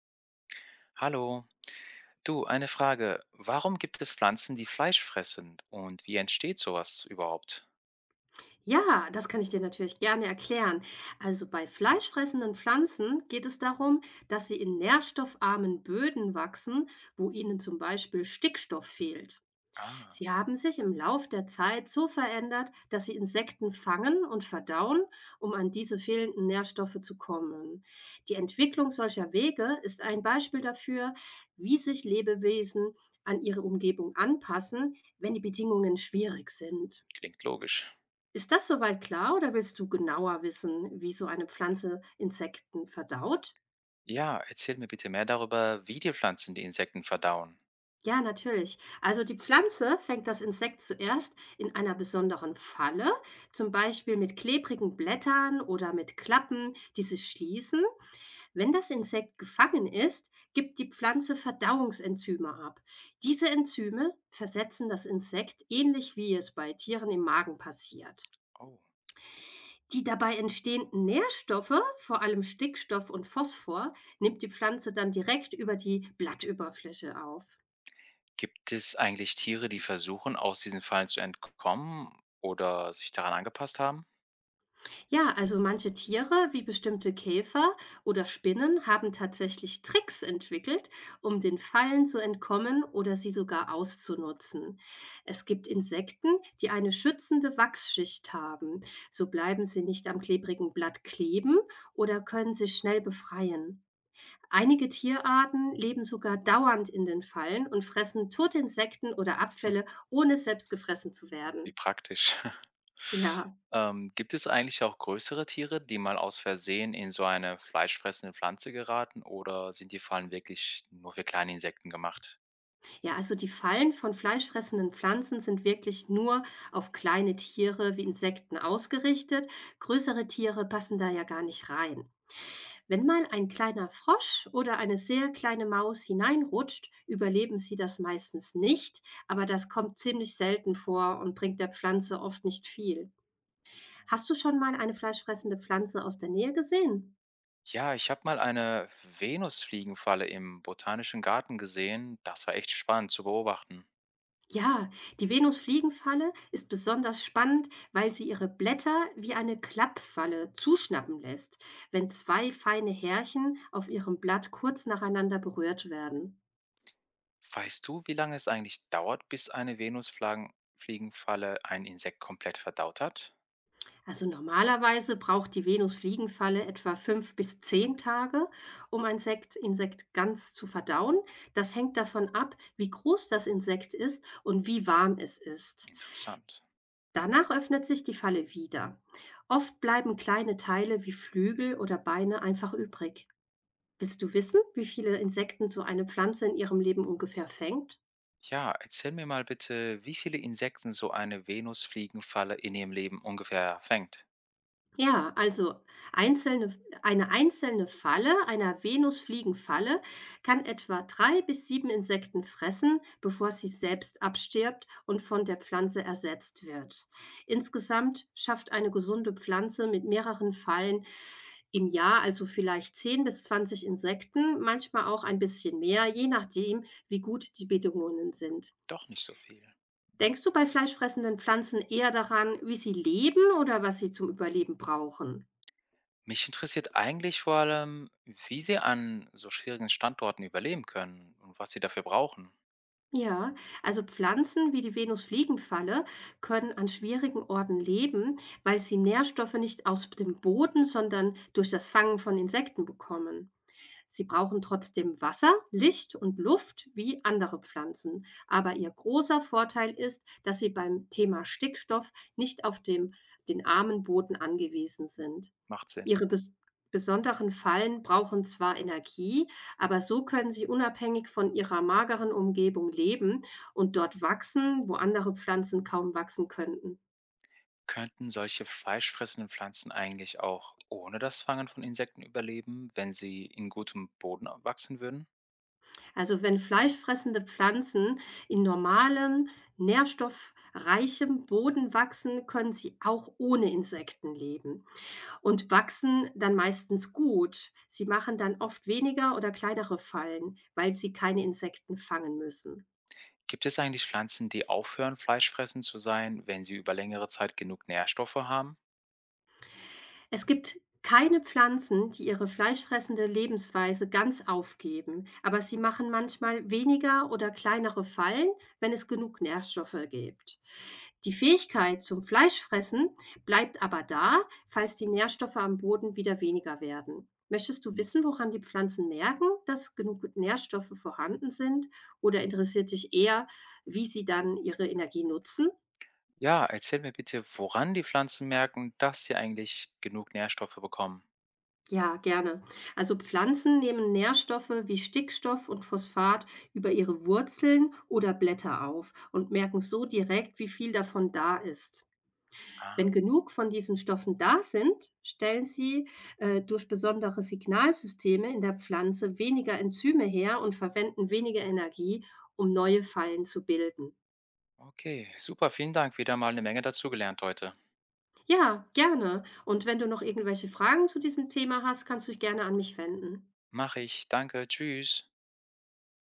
Hallo, du, eine Frage. Warum gibt es Pflanzen, die Fleisch fressen und wie entsteht sowas überhaupt? Ja, das kann ich dir natürlich gerne erklären. Also bei fleischfressenden Pflanzen geht es darum, dass sie in nährstoffarmen Böden wachsen, wo ihnen zum Beispiel Stickstoff fehlt. Ah, Sie haben sich im Lauf der Zeit so verändert, dass sie Insekten fangen und verdauen, um an diese fehlenden Nährstoffe zu kommen. Die Entwicklung solcher Wege ist ein Beispiel dafür, wie sich Lebewesen an ihre Umgebung anpassen, wenn die Bedingungen schwierig sind. klingt logisch. Ist das soweit klar oder willst du genauer wissen, wie so eine Pflanze Insekten verdaut? Ja, erzähl mir bitte mehr darüber, wie die Pflanzen die Insekten verdauen. Ja, natürlich. Also die Pflanze fängt das Insekt zuerst in einer besonderen Falle, zum Beispiel mit klebrigen Blättern oder mit Klappen, die sich schließen. Wenn das Insekt gefangen ist, gibt die Pflanze Verdauungsenzyme ab. Diese Enzyme versetzen das Insekt ähnlich wie es bei Tieren im Magen passiert. Oh. Die dabei entstehenden Nährstoffe, vor allem Stickstoff und Phosphor, nimmt die Pflanze dann direkt über die Blattüberfläche auf. Gibt es eigentlich Tiere, die versuchen, aus diesen Fallen zu entkommen oder sich daran angepasst haben? Ja, also manche Tiere, wie bestimmte Käfer oder Spinnen, haben tatsächlich Tricks entwickelt, um den Fallen zu entkommen oder sie sogar auszunutzen. Es gibt Insekten, die eine schützende Wachsschicht haben. So bleiben sie nicht am klebrigen Blatt kleben oder können sich schnell befreien. Einige Tierarten leben sogar dauernd in den Fallen und fressen tote Insekten oder Abfälle, ohne selbst gefressen zu Wie werden. praktisch. Ja, gibt es eigentlich auch größere Tiere, die mal aus Versehen in so eine fleischfressende Pflanze geraten oder sind die Fallen wirklich nur für kleine Insekten gemacht? ja, also die Fallen von fleischfressenden Pflanzen sind wirklich nur auf kleine Tiere wie Insekten ausgerichtet. Größere Tiere passen da ja gar nicht rein. Wenn mal ein kleiner Frosch oder eine sehr kleine Maus hineinrutscht, überleben sie das meistens nicht, aber das kommt ziemlich selten vor und bringt der Pflanze oft nicht viel. Hast du schon mal eine fleischfressende Pflanze aus der Nähe gesehen? Ja, ich habe mal eine Venusfliegenfalle im Botanischen Garten gesehen. Das war echt spannend zu beobachten. Ja, die Venusfliegenfalle ist besonders spannend, weil sie ihre Blätter wie eine Klappfalle zuschnappen lässt, wenn zwei feine Härchen auf ihrem Blatt kurz nacheinander berührt werden. Weißt du, wie lange es eigentlich dauert, bis eine Venusfliegenfalle ein Insekt komplett verdaut hat? Also normalerweise braucht die Venusfliegenfalle etwa 5 bis 10 Tage, um ein Insekt ganz zu verdauen. Das hängt davon ab, wie groß das Insekt ist und wie warm es ist. Interessant. Danach öffnet sich die Falle wieder. Oft bleiben kleine Teile wie Flügel oder Beine einfach übrig. Willst du wissen, wie viele Insekten so eine Pflanze in ihrem Leben ungefähr fängt? Ja, erzähl mir mal bitte, wie viele Insekten so eine Venusfliegenfalle in ihrem Leben ungefähr fängt. Ja, also einzelne, eine einzelne Falle einer Venusfliegenfalle kann etwa drei bis sieben Insekten fressen, bevor sie selbst abstirbt und von der Pflanze ersetzt wird. Insgesamt schafft eine gesunde Pflanze mit mehreren Fallen im Jahr also vielleicht 10 bis 20 Insekten, manchmal auch ein bisschen mehr, je nachdem, wie gut die Bedingungen sind. Doch nicht so viel. Denkst du bei fleischfressenden Pflanzen eher daran, wie sie leben oder was sie zum Überleben brauchen? Mich interessiert eigentlich vor allem, wie sie an so schwierigen Standorten überleben können und was sie dafür brauchen. Ja, also Pflanzen wie die Venusfliegenfalle können an schwierigen Orten leben, weil sie Nährstoffe nicht aus dem Boden, sondern durch das Fangen von Insekten bekommen. Sie brauchen trotzdem Wasser, Licht und Luft wie andere Pflanzen. Aber ihr großer Vorteil ist, dass sie beim Thema Stickstoff nicht auf den armen Boden angewiesen Hm, sind. macht Sinn. Ihre besonderen Fallen brauchen zwar Energie, aber so können sie unabhängig von ihrer mageren Umgebung leben und dort wachsen, wo andere Pflanzen kaum wachsen könnten. Könnten solche fleischfressenden Pflanzen eigentlich auch ohne das Fangen von Insekten überleben, wenn sie in gutem Boden wachsen würden? Also wenn fleischfressende Pflanzen in normalem, nährstoffreichem Boden wachsen, können sie auch ohne Insekten leben und wachsen dann meistens gut. Sie machen dann oft weniger oder kleinere Fallen, weil sie keine Insekten fangen müssen. Gibt es eigentlich Pflanzen, die aufhören, fleischfressend zu sein, wenn sie über längere Zeit genug Nährstoffe haben? Es gibt keine Pflanzen, die ihre fleischfressende Lebensweise ganz aufgeben, aber sie machen manchmal weniger oder kleinere Fallen, wenn es genug Nährstoffe gibt. Die Fähigkeit zum Fleischfressen bleibt aber da, falls die Nährstoffe am Boden wieder weniger werden. Möchtest du Hm. wissen, woran die Pflanzen merken, dass genug Nährstoffe vorhanden sind? Oder interessiert dich eher, wie sie dann ihre Energie nutzen? Ja, erzähl mir bitte, woran die Pflanzen merken, dass sie eigentlich genug Nährstoffe bekommen. Ja, gerne. Also Pflanzen nehmen Nährstoffe wie Stickstoff und Phosphat über ihre Wurzeln oder Blätter auf und merken so direkt, wie viel davon da ist. Wenn Ah, genug von diesen Stoffen da sind, stellen sie durch besondere Signalsysteme in der Pflanze weniger Enzyme her und verwenden weniger Energie, um neue Fallen zu bilden. okay, super, vielen Dank. Wieder mal eine Menge dazugelernt heute. Ja, gerne. Und wenn du noch irgendwelche Fragen zu diesem Thema hast, kannst du dich gerne an mich wenden. Mach ich, danke, tschüss.